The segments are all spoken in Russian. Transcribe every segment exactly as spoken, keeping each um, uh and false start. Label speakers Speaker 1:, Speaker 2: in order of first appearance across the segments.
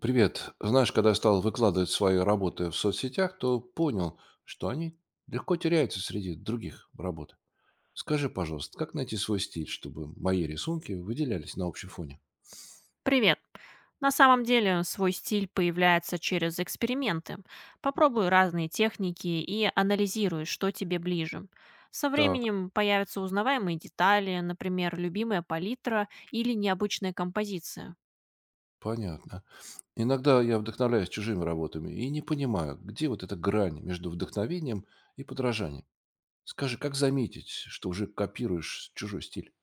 Speaker 1: Привет. Знаешь, когда я стал выкладывать свои работы в соцсетях, то понял, что они легко теряются среди других работ. Скажи, пожалуйста, как найти свой стиль, чтобы мои рисунки выделялись на общем фоне?
Speaker 2: Привет. На самом деле свой стиль появляется через эксперименты. Попробуй разные техники и анализируй, что тебе ближе. Со
Speaker 1: Так,
Speaker 2: временем появятся узнаваемые детали, например, любимая палитра или необычная композиция.
Speaker 1: понятно. Иногда я вдохновляюсь чужими работами и не понимаю, где вот эта грань между вдохновением и подражанием. Скажи, как заметить, что уже копируешь чужой стиль?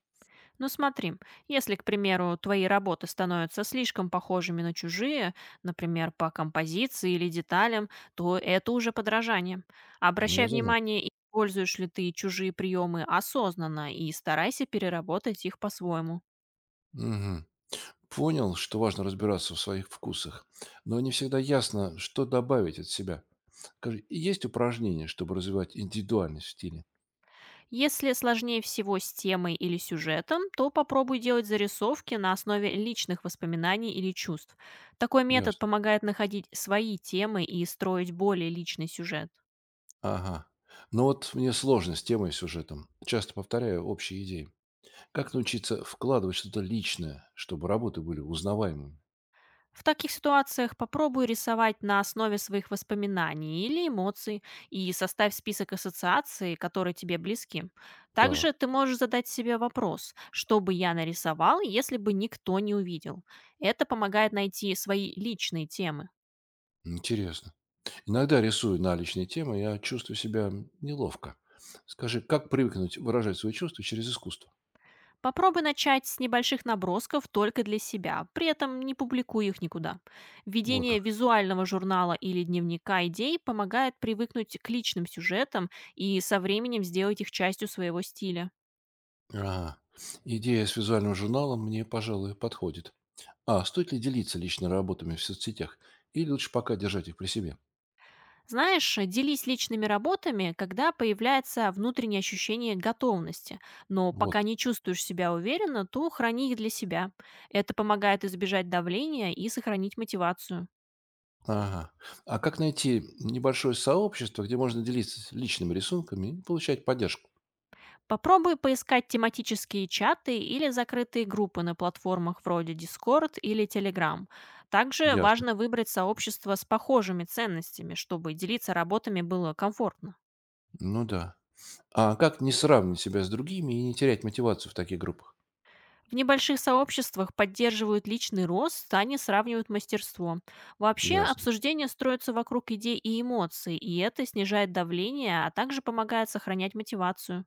Speaker 2: Ну смотри, если, к примеру, твои работы становятся слишком похожими на чужие, например, по композиции или деталям, то это уже подражание.
Speaker 1: Ну,
Speaker 2: Обращай
Speaker 1: я заметил.
Speaker 2: внимание, используешь ли ты чужие приемы осознанно и старайся переработать их по-своему.
Speaker 1: Мгм. Понял, что важно разбираться в своих вкусах, но не всегда ясно, что добавить от себя. Скажи, есть упражнения, чтобы развивать индивидуальность в стиле?
Speaker 2: Если сложнее всего с темой или сюжетом, то попробуй делать зарисовки на основе личных воспоминаний или чувств. Такой метод
Speaker 1: Ясно.
Speaker 2: помогает находить свои темы и строить более личный сюжет.
Speaker 1: Ага. Но вот мне сложно с темой и сюжетом. Часто повторяю общие идеи. Как научиться вкладывать что-то личное, чтобы работы были узнаваемыми?
Speaker 2: В таких ситуациях попробуй рисовать на основе своих воспоминаний или эмоций и составь список ассоциаций, которые тебе близки. Также
Speaker 1: Так,
Speaker 2: ты можешь задать себе вопрос, что бы я нарисовал, если бы никто не увидел. Это помогает найти свои личные темы.
Speaker 1: интересно. Иногда рисую на личные темы, я чувствую себя неловко. Скажи, как привыкнуть выражать свои чувства через искусство?
Speaker 2: Попробуй начать с небольших набросков только для себя, при этом не публикуй их никуда.
Speaker 1: Вот
Speaker 2: Введение
Speaker 1: как.
Speaker 2: визуального журнала или дневника идей помогает привыкнуть к личным сюжетам и со временем сделать их частью своего стиля.
Speaker 1: Ага. Идея с визуальным журналом мне, пожалуй, подходит. А стоит ли делиться личными работами в соцсетях? Или лучше пока держать их при себе?
Speaker 2: Знаешь, э, делись личными работами, когда появляется внутреннее ощущение готовности, но
Speaker 1: Вот.
Speaker 2: пока не чувствуешь себя уверенно, то храни их для себя. Это помогает избежать давления и сохранить мотивацию.
Speaker 1: Ага. А как найти небольшое сообщество, где можно делиться личными рисунками и получать поддержку?
Speaker 2: Попробуй поискать тематические чаты или закрытые группы на платформах вроде Discord или Telegram. Также
Speaker 1: Ясно.
Speaker 2: важно выбрать сообщество с похожими ценностями, чтобы делиться работами было комфортно.
Speaker 1: Ну да. А как не сравнивать себя с другими и не терять мотивацию в таких группах?
Speaker 2: В небольших сообществах поддерживают личный рост, а не сравнивают мастерство. Вообще,
Speaker 1: Ясно.
Speaker 2: обсуждение строится вокруг идей и эмоций, и это снижает давление, а также помогает сохранять мотивацию.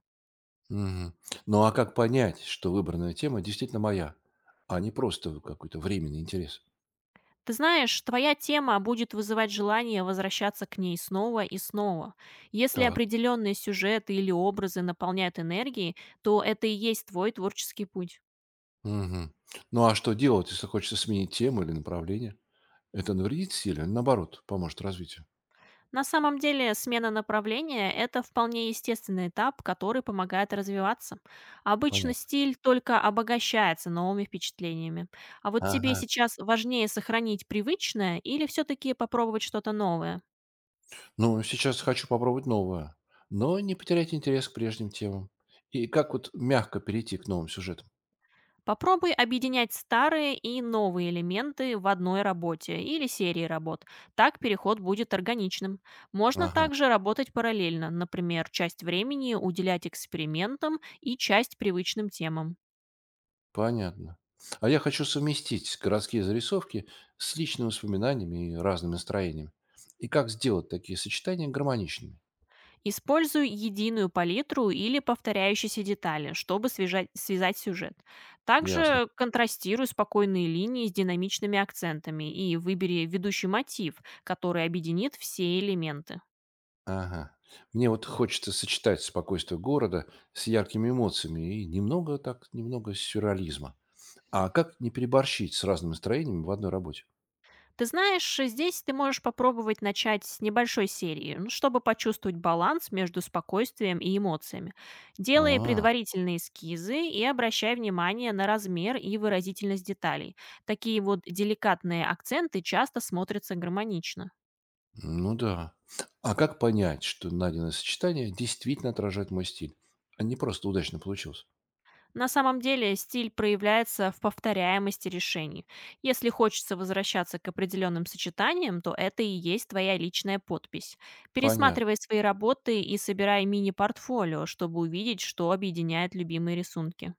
Speaker 1: Мгм. Ну а как понять, что выбранная тема действительно моя, а не просто какой-то временный интерес?
Speaker 2: Ты знаешь, твоя тема будет вызывать желание возвращаться к ней снова и снова. Если
Speaker 1: Так.
Speaker 2: определенные сюжеты или образы наполняют энергией, то это и есть твой творческий путь.
Speaker 1: Мгм. Ну, а что делать, если хочется сменить тему или направление? Это навредит силе или, наоборот, поможет развитию?
Speaker 2: На самом деле, смена направления – это вполне естественный этап, который помогает развиваться. Обычно
Speaker 1: Понятно.
Speaker 2: стиль только обогащается новыми впечатлениями. А вот тебе
Speaker 1: Ага.
Speaker 2: сейчас важнее сохранить привычное или все-таки попробовать что-то новое?
Speaker 1: Ну, сейчас хочу попробовать новое, но не потерять интерес к прежним темам. И как вот мягко перейти к новым сюжетам?
Speaker 2: Попробуй объединять старые и новые элементы в одной работе или серии работ. Так переход будет органичным. Можно
Speaker 1: Ага.
Speaker 2: также работать параллельно, например, часть времени уделять экспериментам и часть привычным темам.
Speaker 1: Понятно. А я хочу совместить городские зарисовки с личными воспоминаниями и разными настроениями. И как сделать такие сочетания гармоничными?
Speaker 2: Используй единую палитру или повторяющиеся детали, чтобы свяжать- связать сюжет.
Speaker 1: Ясно.
Speaker 2: Также контрастируй спокойные линии с динамичными акцентами и выбери ведущий мотив, который объединит все элементы.
Speaker 1: Ага. Мне вот хочется сочетать спокойствие города с яркими эмоциями и немного так, немного сюрреализма. А как не переборщить с разными настроениями в одной работе?
Speaker 2: Ты знаешь, здесь ты можешь попробовать начать с небольшой серии, ну, чтобы почувствовать баланс между спокойствием и эмоциями. Делай
Speaker 1: А,
Speaker 2: предварительные эскизы и обращай внимание на размер и выразительность деталей. Такие вот деликатные акценты часто смотрятся гармонично.
Speaker 1: ну да. А как понять, что найденное сочетание действительно отражает мой стиль, а не просто удачно получилось?
Speaker 2: На самом деле стиль проявляется в повторяемости решений. Если хочется возвращаться к определенным сочетаниям, то это и есть твоя личная подпись.
Speaker 1: Понятно.
Speaker 2: Пересматривай свои работы и собирай мини-портфолио, чтобы увидеть, что объединяет любимые рисунки.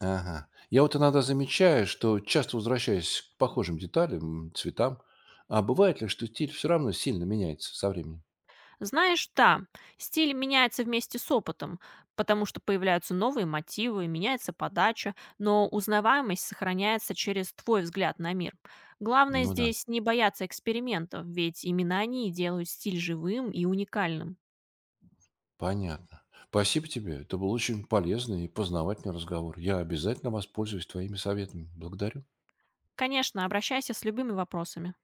Speaker 1: Ага. Я вот иногда замечаю, что часто возвращаюсь к похожим деталям, м, цветам. А бывает ли, что стиль все равно сильно меняется со временем?
Speaker 2: Знаешь, да, стиль меняется вместе с опытом, потому что появляются новые мотивы, меняется подача, но узнаваемость сохраняется через твой взгляд на мир. Главное
Speaker 1: Ну да.
Speaker 2: здесь не бояться экспериментов, ведь именно они делают стиль живым и уникальным.
Speaker 1: Понятно. Спасибо тебе. Это был очень полезный и познавательный разговор. Я обязательно воспользуюсь твоими советами. Благодарю.
Speaker 2: Конечно, обращайся с любыми вопросами.